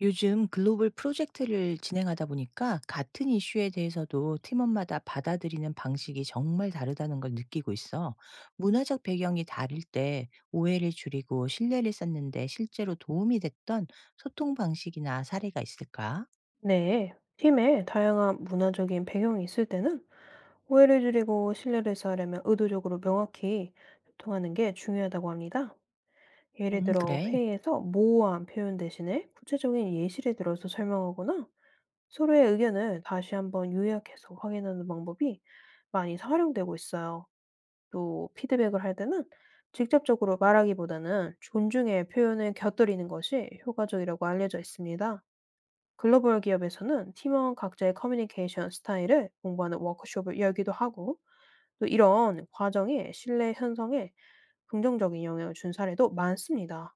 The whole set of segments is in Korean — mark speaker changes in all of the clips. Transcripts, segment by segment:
Speaker 1: 요즘 글로벌 프로젝트를 진행하다 보니까 같은 이슈에 대해서도 팀원마다 받아들이는 방식이 정말 다르다는 걸 느끼고 있어. 문화적 배경이 다를 때 오해를 줄이고 신뢰를 쌓는데 실제로 도움이 됐던 소통 방식이나 사례가 있을까?
Speaker 2: 네, 팀에 다양한 문화적인 배경이 있을 때는 오해를 줄이고 신뢰를 쌓으려면 의도적으로 명확히 소통하는 게 중요하다고 합니다. 예를 들어
Speaker 1: 그래.
Speaker 2: 회의에서 모호한 표현 대신에 구체적인 예시를 들어서 설명하거나 서로의 의견을 다시 한번 요약해서 확인하는 방법이 많이 활용되고 있어요. 또 피드백을 할 때는 직접적으로 말하기보다는 존중의 표현을 곁들이는 것이 효과적이라고 알려져 있습니다. 글로벌 기업에서는 팀원 각자의 커뮤니케이션 스타일을 공부하는 워크숍을 열기도 하고, 또 이런 과정이 신뢰 형성에 긍정적인 영향을 준 사례도 많습니다.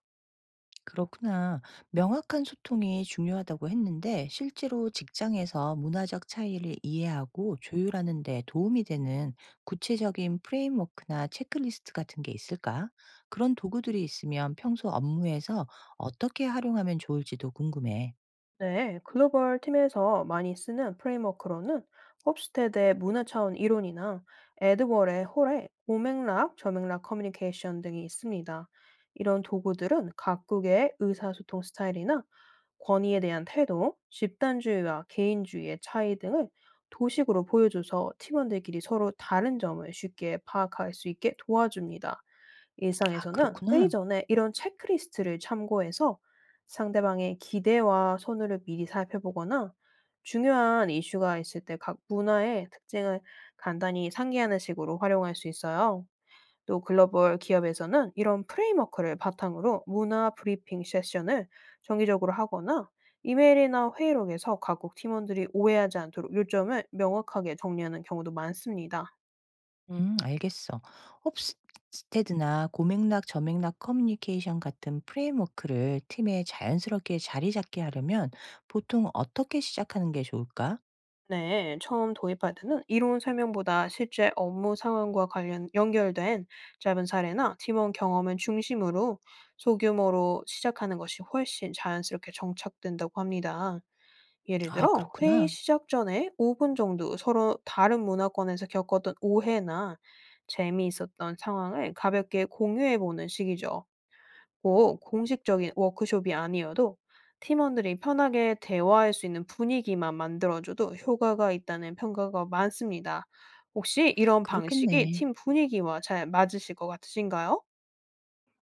Speaker 1: 그렇구나. 명확한 소통이 중요하다고 했는데 실제로 직장에서 문화적 차이를 이해하고 조율하는 데 도움이 되는 구체적인 프레임워크나 체크리스트 같은 게 있을까? 그런 도구들이 있으면 평소 업무에서 어떻게 활용하면 좋을지도 궁금해.
Speaker 2: 네, 글로벌 팀에서 많이 쓰는 프레임워크로는 홉스테드의 문화 차원 이론이나 에드월의 홀의 고맥락, 저맥락 커뮤니케이션 등이 있습니다. 이런 도구들은 각국의 의사소통 스타일이나 권위에 대한 태도, 집단주의와 개인주의의 차이 등을 도식으로 보여줘서 팀원들끼리 서로 다른 점을 쉽게 파악할 수 있게 도와줍니다.
Speaker 1: 아,
Speaker 2: 일상에서는 회의
Speaker 1: 그렇구나.
Speaker 2: 전에 이런 체크리스트를 참고해서 상대방의 기대와 선호를 미리 살펴보거나 중요한 이슈가 있을 때 각 문화의 특징을 간단히 상기하는 식으로 활용할 수 있어요. 또 글로벌 기업에서는 이런 프레임워크를 바탕으로 문화 브리핑 세션을 정기적으로 하거나 이메일이나 회의록에서 각국 팀원들이 오해하지 않도록 요점을 명확하게 정리하는 경우도 많습니다.
Speaker 1: 알겠어. 홉스테드나 고맥락, 저맥락 커뮤니케이션 같은 프레임워크를 팀에 자연스럽게 자리 잡게 하려면 보통 어떻게 시작하는 게 좋을까?
Speaker 2: 네, 처음 도입할 때는 이론 설명보다 실제 업무 상황과 관련 연결된 짧은 사례나 팀원 경험을 중심으로 소규모로 시작하는 것이 훨씬 자연스럽게 정착된다고 합니다. 예를
Speaker 1: 아,
Speaker 2: 들어, 회의
Speaker 1: 그렇구나.
Speaker 2: 시작 전에 5분 정도 서로 다른 문화권에서 겪었던 오해나 재미있었던 상황을 가볍게 공유해 보는 식이죠. 꼭 공식적인 워크숍이 아니어도 팀원들이 편하게 대화할 수 있는 분위기만 만들어줘도 효과가 있다는 평가가 많습니다. 혹시 이런 방식이
Speaker 1: 그렇겠네.
Speaker 2: 팀 분위기와 잘 맞으실 것 같으신가요?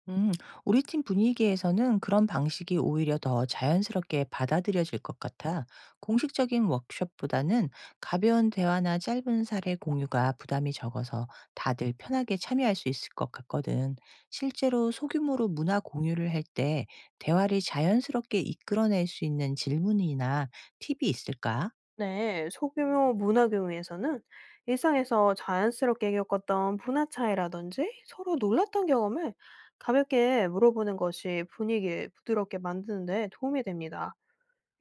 Speaker 1: 음. 우리 팀 분위기에서는 그런 방식이 오히려 더 자연스럽게 받아들여질 것 같아. 공식적인 워크숍보다는 가벼운 대화나 짧은 사례 공유가 부담이 적어서 다들 편하게 참여할 수 있을 것 같거든. 실제로 소규모로 문화 공유를 할 때 대화를 자연스럽게 이끌어낼 수 있는 질문이나 팁이 있을까?
Speaker 2: 네, 소규모 문화교회에서는 일상에서 자연스럽게 겪었던 문화 차이라든지 서로 놀랐던 경험을 가볍게 물어보는 것이 분위기를 부드럽게 만드는 데 도움이 됩니다.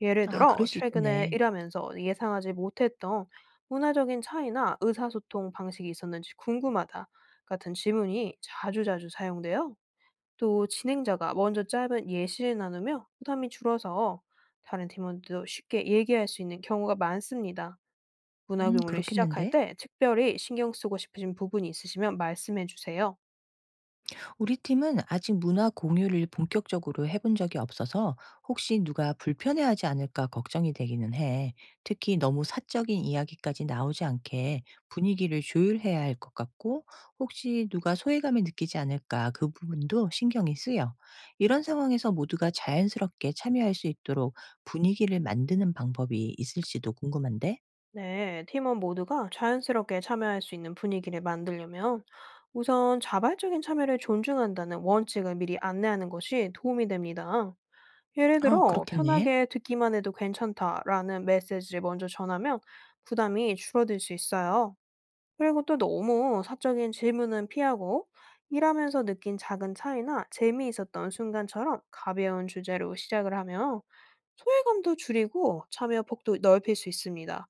Speaker 2: 예를
Speaker 1: 아,
Speaker 2: 들어,
Speaker 1: 그럴 수
Speaker 2: 최근에
Speaker 1: 있겠네.
Speaker 2: 일하면서 예상하지 못했던 문화적인 차이나 의사소통 방식이 있었는지 궁금하다 같은 질문이 자주자주 사용돼요. 또 진행자가 먼저 짧은 예시를 나누며 부담이 줄어서 다른 팀원들도 쉽게 얘기할 수 있는 경우가 많습니다. 문화 교문를 시작할
Speaker 1: 그렇겠는데?
Speaker 2: 때 특별히 신경 쓰고 싶으신 부분이 있으시면 말씀해 주세요.
Speaker 1: 우리 팀은 아직 문화 공유를 본격적으로 해본 적이 없어서 혹시 누가 불편해하지 않을까 걱정이 되기는 해. 특히 너무 사적인 이야기까지 나오지 않게 분위기를 조율해야 할 것 같고 혹시 누가 소외감을 느끼지 않을까 그 부분도 신경이 쓰여. 이런 상황에서 모두가 자연스럽게 참여할 수 있도록 분위기를 만드는 방법이 있을지도 궁금한데?
Speaker 2: 네, 팀원 모두가 자연스럽게 참여할 수 있는 분위기를 만들려면 우선 자발적인 참여를 존중한다는 원칙을 미리 안내하는 것이 도움이 됩니다. 예를
Speaker 1: 아,
Speaker 2: 들어,
Speaker 1: 그렇겠네.
Speaker 2: 편하게 듣기만 해도 괜찮다라는 메시지를 먼저 전하면 부담이 줄어들 수 있어요. 그리고 또 너무 사적인 질문은 피하고, 일하면서 느낀 작은 차이나 재미있었던 순간처럼 가벼운 주제로 시작을 하면 소외감도 줄이고 참여 폭도 넓힐 수 있습니다.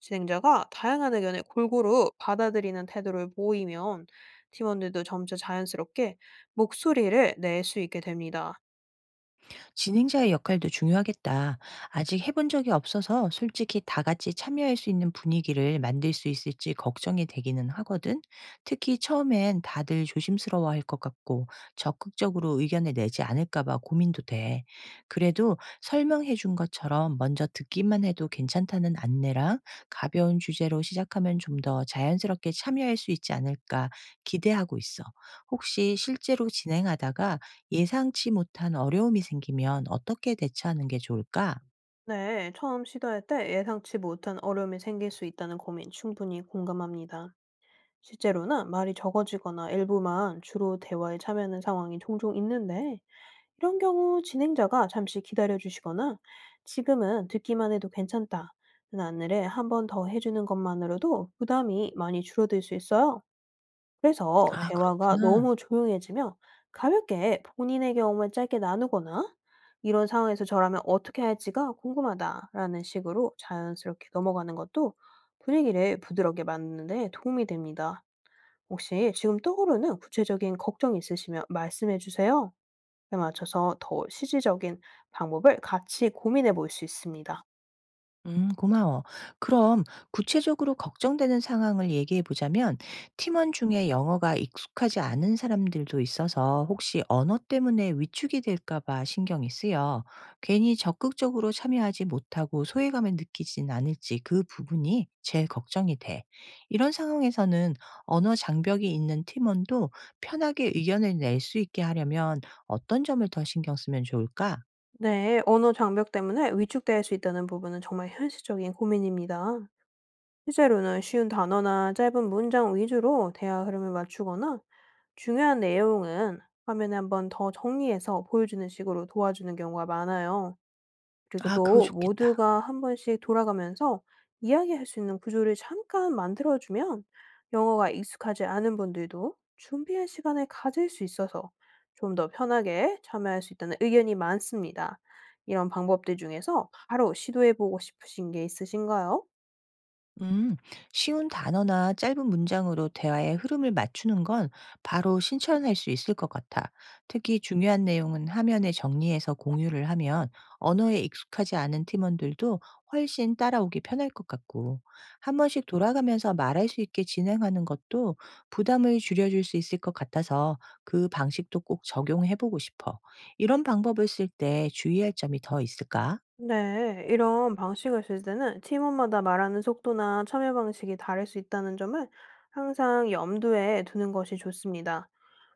Speaker 2: 진행자가 다양한 의견을 골고루 받아들이는 태도를 보이면 팀원들도 점차 자연스럽게 목소리를 낼 수 있게 됩니다.
Speaker 1: 진행자의 역할도 중요하겠다. 아직 해본 적이 없어서 솔직히 다 같이 참여할 수 있는 분위기를 만들 수 있을지 걱정이 되기는 하거든. 특히 처음엔 다들 조심스러워 할 것 같고 적극적으로 의견을 내지 않을까봐 고민도 돼. 그래도 설명해 준 것처럼 먼저 듣기만 해도 괜찮다는 안내랑 가벼운 주제로 시작하면 좀 더 자연스럽게 참여할 수 있지 않을까 기대하고 있어. 혹시 실제로 진행하다가 예상치 못한 어려움이 생기면 어떻게 대처하는 게 좋을까?
Speaker 2: 네, 처음 시도할 때 예상치 못한 어려움이 생길 수 있다는 고민 충분히 공감합니다. 실제로는 말이 적어지거나 일부만 주로 대화에 참여하는 상황이 종종 있는데, 이런 경우 진행자가 잠시 기다려주시거나 지금은 듣기만 해도 괜찮다. 는 안내를 한 번 더 해주는 것만으로도 부담이 많이 줄어들 수 있어요. 그래서
Speaker 1: 아,
Speaker 2: 대화가
Speaker 1: 그렇구나.
Speaker 2: 너무 조용해지면 가볍게 본인의 경험을 짧게 나누거나 이런 상황에서 저라면 어떻게 할지가 궁금하다라는 식으로 자연스럽게 넘어가는 것도 분위기를 부드럽게 만드는 데 도움이 됩니다. 혹시 지금 떠오르는 구체적인 걱정이 있으시면 말씀해 주세요. 에 맞춰서 더 시지적인 방법을 같이 고민해 볼 수 있습니다.
Speaker 1: 고마워. 그럼 구체적으로 걱정되는 상황을 얘기해 보자면 팀원 중에 영어가 익숙하지 않은 사람들도 있어서 혹시 언어 때문에 위축이 될까 봐 신경이 쓰여. 괜히 적극적으로 참여하지 못하고 소외감을 느끼진 않을지 그 부분이 제일 걱정이 돼. 이런 상황에서는 언어 장벽이 있는 팀원도 편하게 의견을 낼 수 있게 하려면 어떤 점을 더 신경 쓰면 좋을까?
Speaker 2: 네, 언어 장벽 때문에 위축될 수 있다는 부분은 정말 현실적인 고민입니다. 실제로는 쉬운 단어나 짧은 문장 위주로 대화 흐름을 맞추거나 중요한 내용은 화면에 한번 더 정리해서 보여주는 식으로 도와주는 경우가 많아요. 그리고
Speaker 1: 아, 그거
Speaker 2: 또
Speaker 1: 좋겠다.
Speaker 2: 모두가 한 번씩 돌아가면서 이야기할 수 있는 구조를 잠깐 만들어주면 영어가 익숙하지 않은 분들도 준비할 시간을 가질 수 있어서 좀 더 편하게 참여할 수 있다는 의견이 많습니다. 이런 방법들 중에서 바로 시도해보고 싶으신 게 있으신가요?
Speaker 1: 음, 쉬운 단어나 짧은 문장으로 대화의 흐름을 맞추는 건 바로 실천할 수 있을 것 같아. 특히 중요한 내용은 화면에 정리해서 공유를 하면 언어에 익숙하지 않은 팀원들도 훨씬 따라오기 편할 것 같고, 한 번씩 돌아가면서 말할 수 있게 진행하는 것도 부담을 줄여줄 수 있을 것 같아서 그 방식도 꼭 적용해 보고 싶어. 이런 방법을 쓸 때 주의할 점이 더 있을까?
Speaker 2: 네, 이런 방식을 쓸 때는 팀원마다 말하는 속도나 참여 방식이 다를 수 있다는 점을 항상 염두에 두는 것이 좋습니다.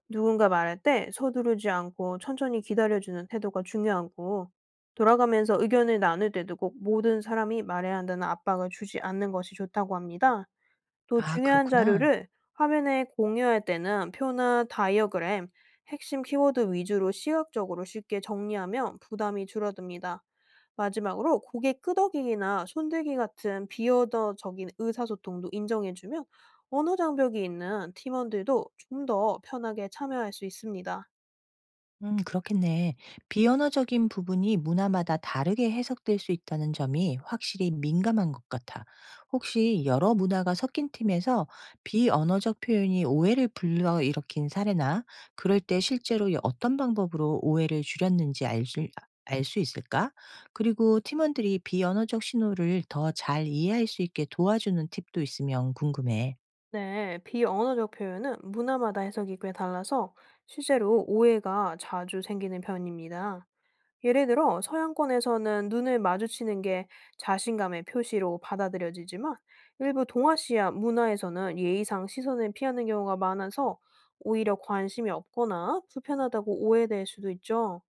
Speaker 2: 누군가 말할 때 서두르지 않고 천천히 기다려주는 태도가 중요하고, 돌아가면서 의견을 나눌 때도 꼭 모든 사람이 말해야 한다는 압박을 주지 않는 것이 좋다고 합니다. 또
Speaker 1: 아,
Speaker 2: 중요한
Speaker 1: 그렇구나.
Speaker 2: 자료를 화면에 공유할 때는 표나 다이어그램, 핵심 키워드 위주로 시각적으로 쉽게 정리하면 부담이 줄어듭니다. 마지막으로 고개 끄덕이기나 손들기 같은 비언어적인 의사소통도 인정해주면 언어 장벽이 있는 팀원들도 좀 더 편하게 참여할 수 있습니다.
Speaker 1: 그렇겠네. 비언어적인 부분이 문화마다 다르게 해석될 수 있다는 점이 확실히 민감한 것 같아. 혹시 여러 문화가 섞인 팀에서 비언어적 표현이 오해를 불러일으킨 사례나 그럴 때 실제로 어떤 방법으로 오해를 줄였는지 알 수, 있을까? 그리고 팀원들이 비언어적 신호를 더 잘 이해할 수 있게 도와주는 팁도 있으면 궁금해.
Speaker 2: 네, 비언어적 표현은 문화마다 해석이 꽤 달라서 실제로 오해가 자주 생기는 편입니다. 예를 들어 서양권에서는 눈을 마주치는 게 자신감의 표시로 받아들여지지만 일부 동아시아 문화에서는 예의상 시선을 피하는 경우가 많아서 오히려 관심이 없거나 불편하다고 오해될 수도 있죠.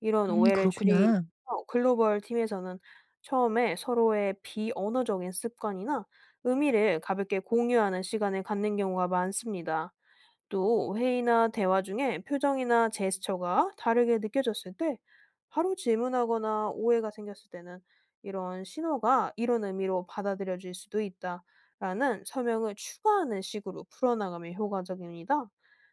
Speaker 2: 이런 오해를 줄이기
Speaker 1: 그렇구나.
Speaker 2: 위해서 글로벌 팀에서는 처음에 서로의 비언어적인 습관이나 의미를 가볍게 공유하는 시간을 갖는 경우가 많습니다. 또 회의나 대화 중에 표정이나 제스처가 다르게 느껴졌을 때 바로 질문하거나 오해가 생겼을 때는 이런 신호가 이런 의미로 받아들여질 수도 있다라는 설명을 추가하는 식으로 풀어나가면 효과적입니다.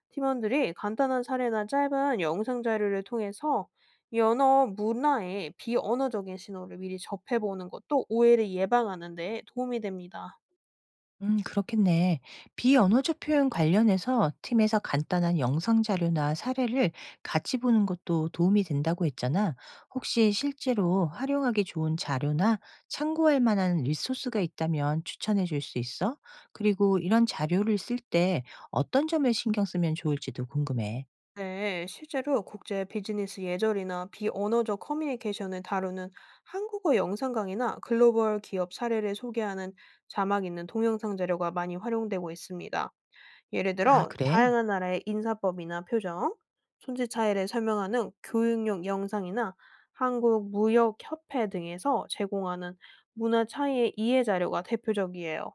Speaker 2: 팀원들이 간단한 사례나 짧은 영상 자료를 통해서 연어 문화의 비언어적인 신호를 미리 접해보는 것도 오해를 예방하는 데 도움이 됩니다.
Speaker 1: 그렇겠네. 비언어적 표현 관련해서 팀에서 간단한 영상 자료나 사례를 같이 보는 것도 도움이 된다고 했잖아. 혹시 실제로 활용하기 좋은 자료나 참고할 만한 리소스가 있다면 추천해 줄 수 있어? 그리고 이런 자료를 쓸 때 어떤 점에 신경 쓰면 좋을지도 궁금해.
Speaker 2: 네, 실제로 국제 비즈니스 예절이나 비언어적 커뮤니케이션을 다루는 한국어 영상 강의나 글로벌 기업 사례를 소개하는 자막 있는 동영상 자료가 많이 활용되고 있습니다. 예를
Speaker 1: 아,
Speaker 2: 들어,
Speaker 1: 그래?
Speaker 2: 다양한 나라의 인사법이나 표정, 손짓 차이를 설명하는 교육용 영상이나 한국 무역협회 등에서 제공하는 문화 차이의 이해 자료가 대표적이에요.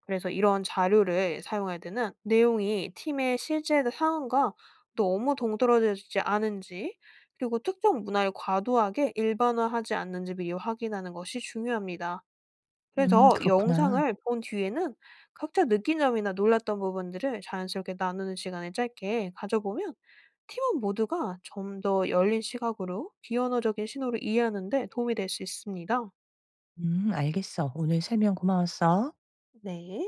Speaker 2: 그래서 이런 자료를 사용할 때는 내용이 팀의 실제 그 상황과 너무 동떨어지지 않은지, 그리고 특정 문화를 과도하게 일반화하지 않는지 미리 확인하는 것이 중요합니다. 그래서
Speaker 1: 그렇구나.
Speaker 2: 영상을 본 뒤에는 각자 느낀 점이나 놀랐던 부분들을 자연스럽게 나누는 시간을 짧게 가져보면 팀원 모두가 좀 더 열린 시각으로 비언어적인 신호를 이해하는 데 도움이 될 수 있습니다.
Speaker 1: 알겠어. 오늘 설명 고마웠어.
Speaker 2: 네.